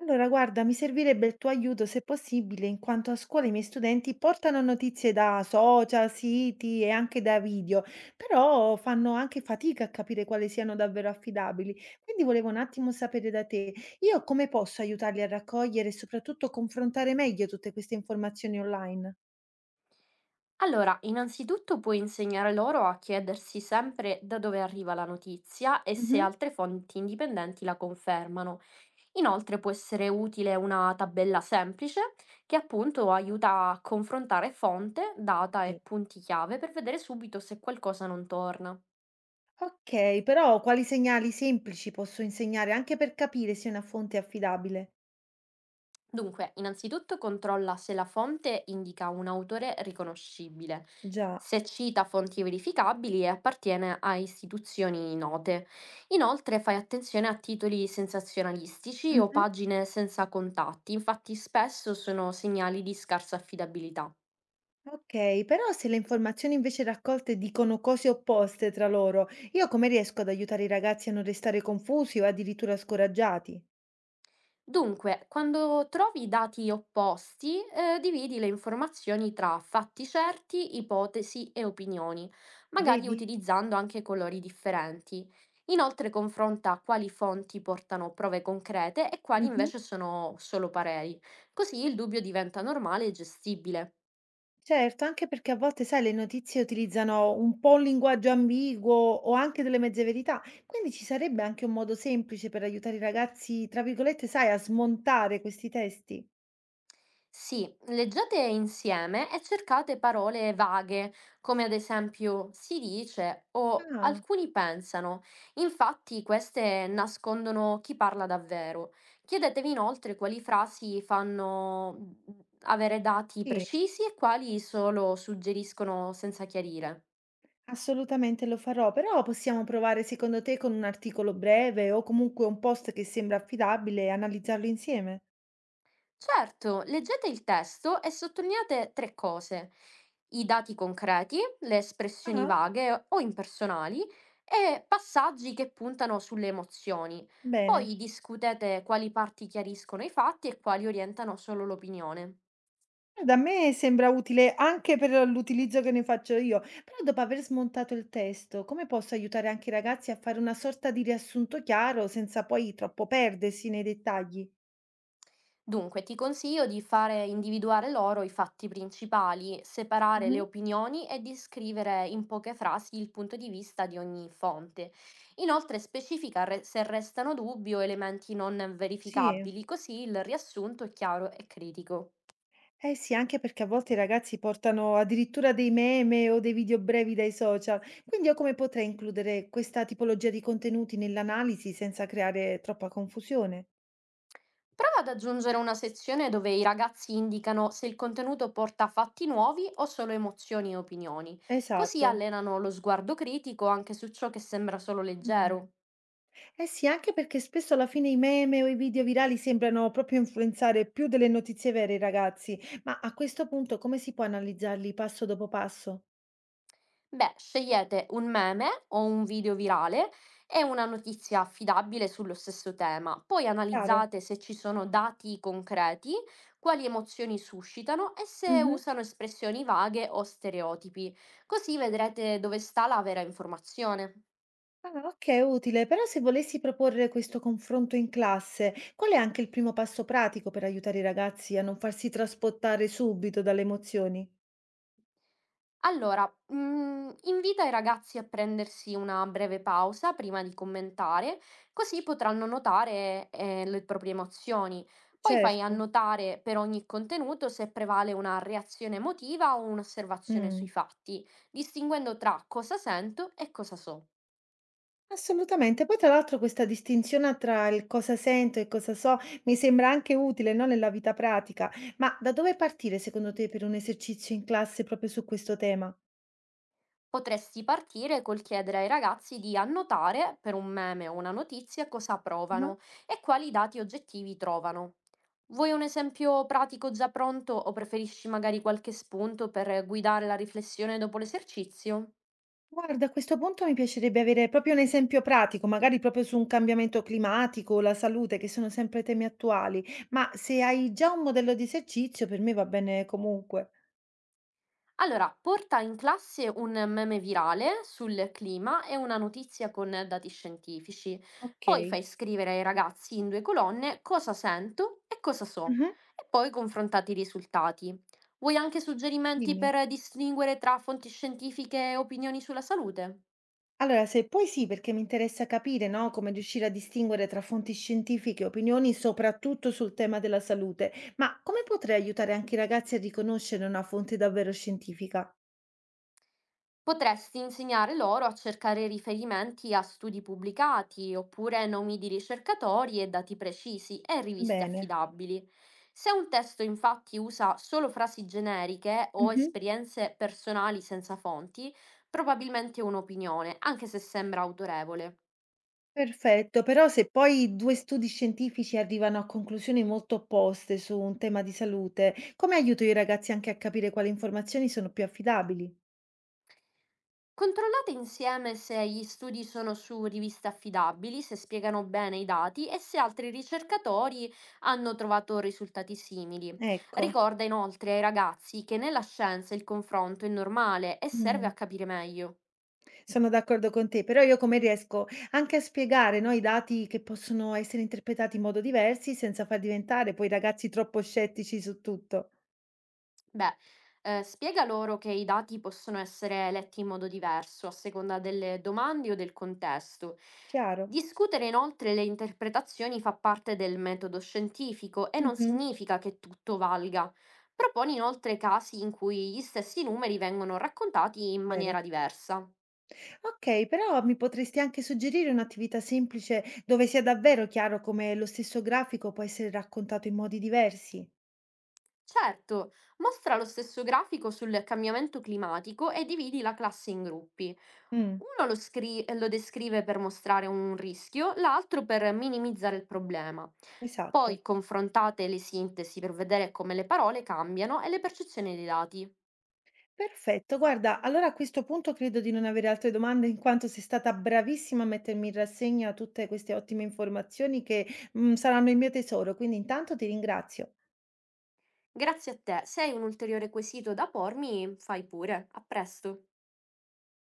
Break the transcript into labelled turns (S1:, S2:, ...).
S1: Allora, guarda, mi servirebbe il tuo aiuto se possibile, in quanto a scuola i miei studenti portano notizie da social, siti e anche da video, però fanno anche fatica a capire quali siano davvero affidabili. Quindi volevo un attimo sapere da te, io come posso aiutarli a raccogliere e soprattutto confrontare meglio tutte queste informazioni online?
S2: Allora, innanzitutto puoi insegnare loro a chiedersi sempre da dove arriva la notizia e se
S1: Mhm.
S2: altre fonti indipendenti la confermano. Inoltre può essere utile una tabella semplice che appunto aiuta a confrontare fonte, data e
S1: Sì.
S2: punti chiave per vedere subito se qualcosa non torna.
S1: Ok, però quali segnali semplici posso insegnare anche per capire se una fonte è affidabile?
S2: Dunque, innanzitutto controlla se la fonte indica un autore riconoscibile,
S1: Già.
S2: se cita fonti verificabili e appartiene a istituzioni note. Inoltre, fai attenzione a titoli sensazionalistici o
S1: Mhm.
S2: pagine senza contatti, infatti spesso sono segnali di scarsa affidabilità.
S1: Okay, però se le informazioni invece raccolte dicono cose opposte tra loro, io come riesco ad aiutare i ragazzi a non restare confusi o addirittura scoraggiati?
S2: Dunque, quando trovi dati opposti, dividi le informazioni tra fatti certi, ipotesi e opinioni,
S1: Ma
S2: magari
S1: vedi?
S2: utilizzando anche colori differenti. Inoltre confronta quali fonti portano prove concrete e quali
S1: Mhm.
S2: invece sono solo pareri. Così il dubbio diventa normale e gestibile.
S1: Certo, anche perché a volte, sai, le notizie utilizzano un po' un linguaggio ambiguo o anche delle mezze verità, quindi ci sarebbe anche un modo semplice per aiutare i ragazzi, tra virgolette, sai, a smontare questi testi.
S2: Sì, leggete insieme e cercate parole vaghe, come ad esempio si dice o
S1: Ah,
S2: alcuni pensano. Infatti, queste nascondono chi parla davvero. Chiedetevi inoltre quali frasi fanno avere dati
S1: sì.
S2: precisi e quali solo suggeriscono senza chiarire.
S1: Assolutamente lo farò, però possiamo provare secondo te con un articolo breve o comunque un post che sembra affidabile e analizzarlo insieme?
S2: Certo, leggete il testo e sottolineate tre cose: i dati concreti, le espressioni
S1: Ah,
S2: vaghe o impersonali e passaggi che puntano sulle emozioni.
S1: bene.
S2: Poi discutete quali parti chiariscono i fatti e quali orientano solo l'opinione.
S1: Da me sembra utile anche per l'utilizzo che ne faccio io, però dopo aver smontato il testo, come posso aiutare anche i ragazzi a fare una sorta di riassunto chiaro senza poi troppo perdersi nei dettagli?
S2: Dunque, ti consiglio di fare individuare loro i fatti principali, separare le
S1: Mhm.
S2: opinioni e descrivere in poche frasi il punto di vista di ogni fonte. Inoltre, se restano dubbi o elementi non
S1: Sì.
S2: verificabili, così il riassunto è chiaro e critico.
S1: Eh sì, anche perché a volte i ragazzi portano addirittura dei meme o dei video brevi dai social. Quindi io come potrei includere questa tipologia di contenuti nell'analisi senza creare troppa confusione?
S2: Prova ad aggiungere una sezione dove i ragazzi indicano se il contenuto porta fatti nuovi o solo emozioni e opinioni, così
S1: Esatto.
S2: allenano lo sguardo critico anche su ciò che sembra solo
S1: Mm.
S2: leggero.
S1: Eh sì, anche perché spesso alla fine i meme o i video virali sembrano proprio influenzare più delle notizie vere i ragazzi, ma a questo punto come si può analizzarli passo dopo passo?
S2: Beh, scegliete un meme o un video virale e una notizia affidabile sullo stesso tema. Poi
S1: Chiaro?
S2: analizzate se ci sono dati concreti, quali emozioni suscitano e se
S1: Mhm.
S2: usano espressioni vaghe o stereotipi. Così vedrete dove sta la vera informazione.
S1: Ah, ok, utile, però se volessi proporre questo confronto in classe, qual è anche il primo passo pratico per aiutare i ragazzi a non farsi trasportare subito dalle emozioni?
S2: Allora, invita i ragazzi a prendersi una breve pausa prima di commentare, così potranno notare, le proprie emozioni. Poi fai
S1: Certo.
S2: annotare per ogni contenuto se prevale una reazione emotiva o un'osservazione sui
S1: Mm.
S2: fatti, distinguendo tra cosa sento e cosa so.
S1: Assolutamente. Poi tra l'altro questa distinzione tra il cosa sento e cosa so mi sembra anche utile, no, nella vita pratica. Ma da dove partire secondo te per un esercizio in classe proprio su questo tema?
S2: Potresti partire col chiedere ai ragazzi di annotare per un meme o una notizia cosa provano e quali dati oggettivi trovano. Vuoi un esempio pratico già pronto o preferisci magari qualche spunto per guidare la riflessione dopo l'esercizio?
S1: Guarda, a questo punto mi piacerebbe avere proprio un esempio pratico, magari proprio su un cambiamento climatico o la salute, che sono sempre temi attuali, ma se hai già un modello di esercizio, per me va bene comunque.
S2: Allora, porta in classe un meme virale sul clima e una notizia con dati scientifici.
S1: Ok.
S2: Poi fai scrivere ai ragazzi in due colonne cosa sento e cosa so,
S1: Mhm.
S2: e poi confrontate i risultati. Vuoi anche suggerimenti
S1: Dimmi.
S2: per distinguere tra fonti scientifiche e opinioni sulla salute?
S1: Allora, se puoi sì, perché mi interessa capire, no, come riuscire a distinguere tra fonti scientifiche e opinioni, soprattutto sul tema della salute, ma come potrei aiutare anche i ragazzi a riconoscere una fonte davvero scientifica?
S2: Potresti insegnare loro a cercare riferimenti a studi pubblicati, oppure nomi di ricercatori e dati precisi e riviste
S1: Bene.
S2: affidabili. Se un testo infatti usa solo frasi generiche o
S1: Mhm.
S2: esperienze personali senza fonti, probabilmente è un'opinione, anche se sembra autorevole.
S1: Perfetto, però se poi 2 studi scientifici arrivano a conclusioni molto opposte su un tema di salute, come aiuto i ragazzi anche a capire quali informazioni sono più affidabili?
S2: Controllate insieme se gli studi sono su riviste affidabili, se spiegano bene i dati e se altri ricercatori hanno trovato risultati simili.
S1: Ecco,
S2: Ricorda inoltre ai ragazzi che nella scienza il confronto è normale e serve
S1: mh,
S2: a capire meglio.
S1: sono d'accordo con te, però io come riesco anche a spiegare, no, i dati che possono essere interpretati in modo diversi senza far diventare poi i ragazzi troppo scettici su tutto?
S2: Beh, spiega loro che i dati possono essere letti in modo diverso a seconda delle domande o del contesto.
S1: Chiaro?
S2: Discutere inoltre le interpretazioni fa parte del metodo scientifico e non
S1: Mh-mh,
S2: significa che tutto valga. Proponi inoltre casi in cui gli stessi numeri vengono raccontati in
S1: vero.
S2: maniera diversa.
S1: Okay, però mi potresti anche suggerire un'attività semplice dove sia davvero chiaro come lo stesso grafico può essere raccontato in modi diversi?
S2: Certo, mostra lo stesso grafico sul cambiamento climatico e dividi la classe in gruppi.
S1: Mm.
S2: Lo descrive per mostrare un rischio, l'altro per minimizzare il problema.
S1: Esatto.
S2: Poi confrontate le sintesi per vedere come le parole cambiano e le percezioni dei dati.
S1: Perfetto, guarda, allora a questo punto credo di non avere altre domande in quanto sei stata bravissima a mettermi in rassegna tutte queste ottime informazioni che, saranno il mio tesoro, quindi intanto ti ringrazio.
S2: Grazie a te, se hai un ulteriore quesito da pormi, fai pure. A presto.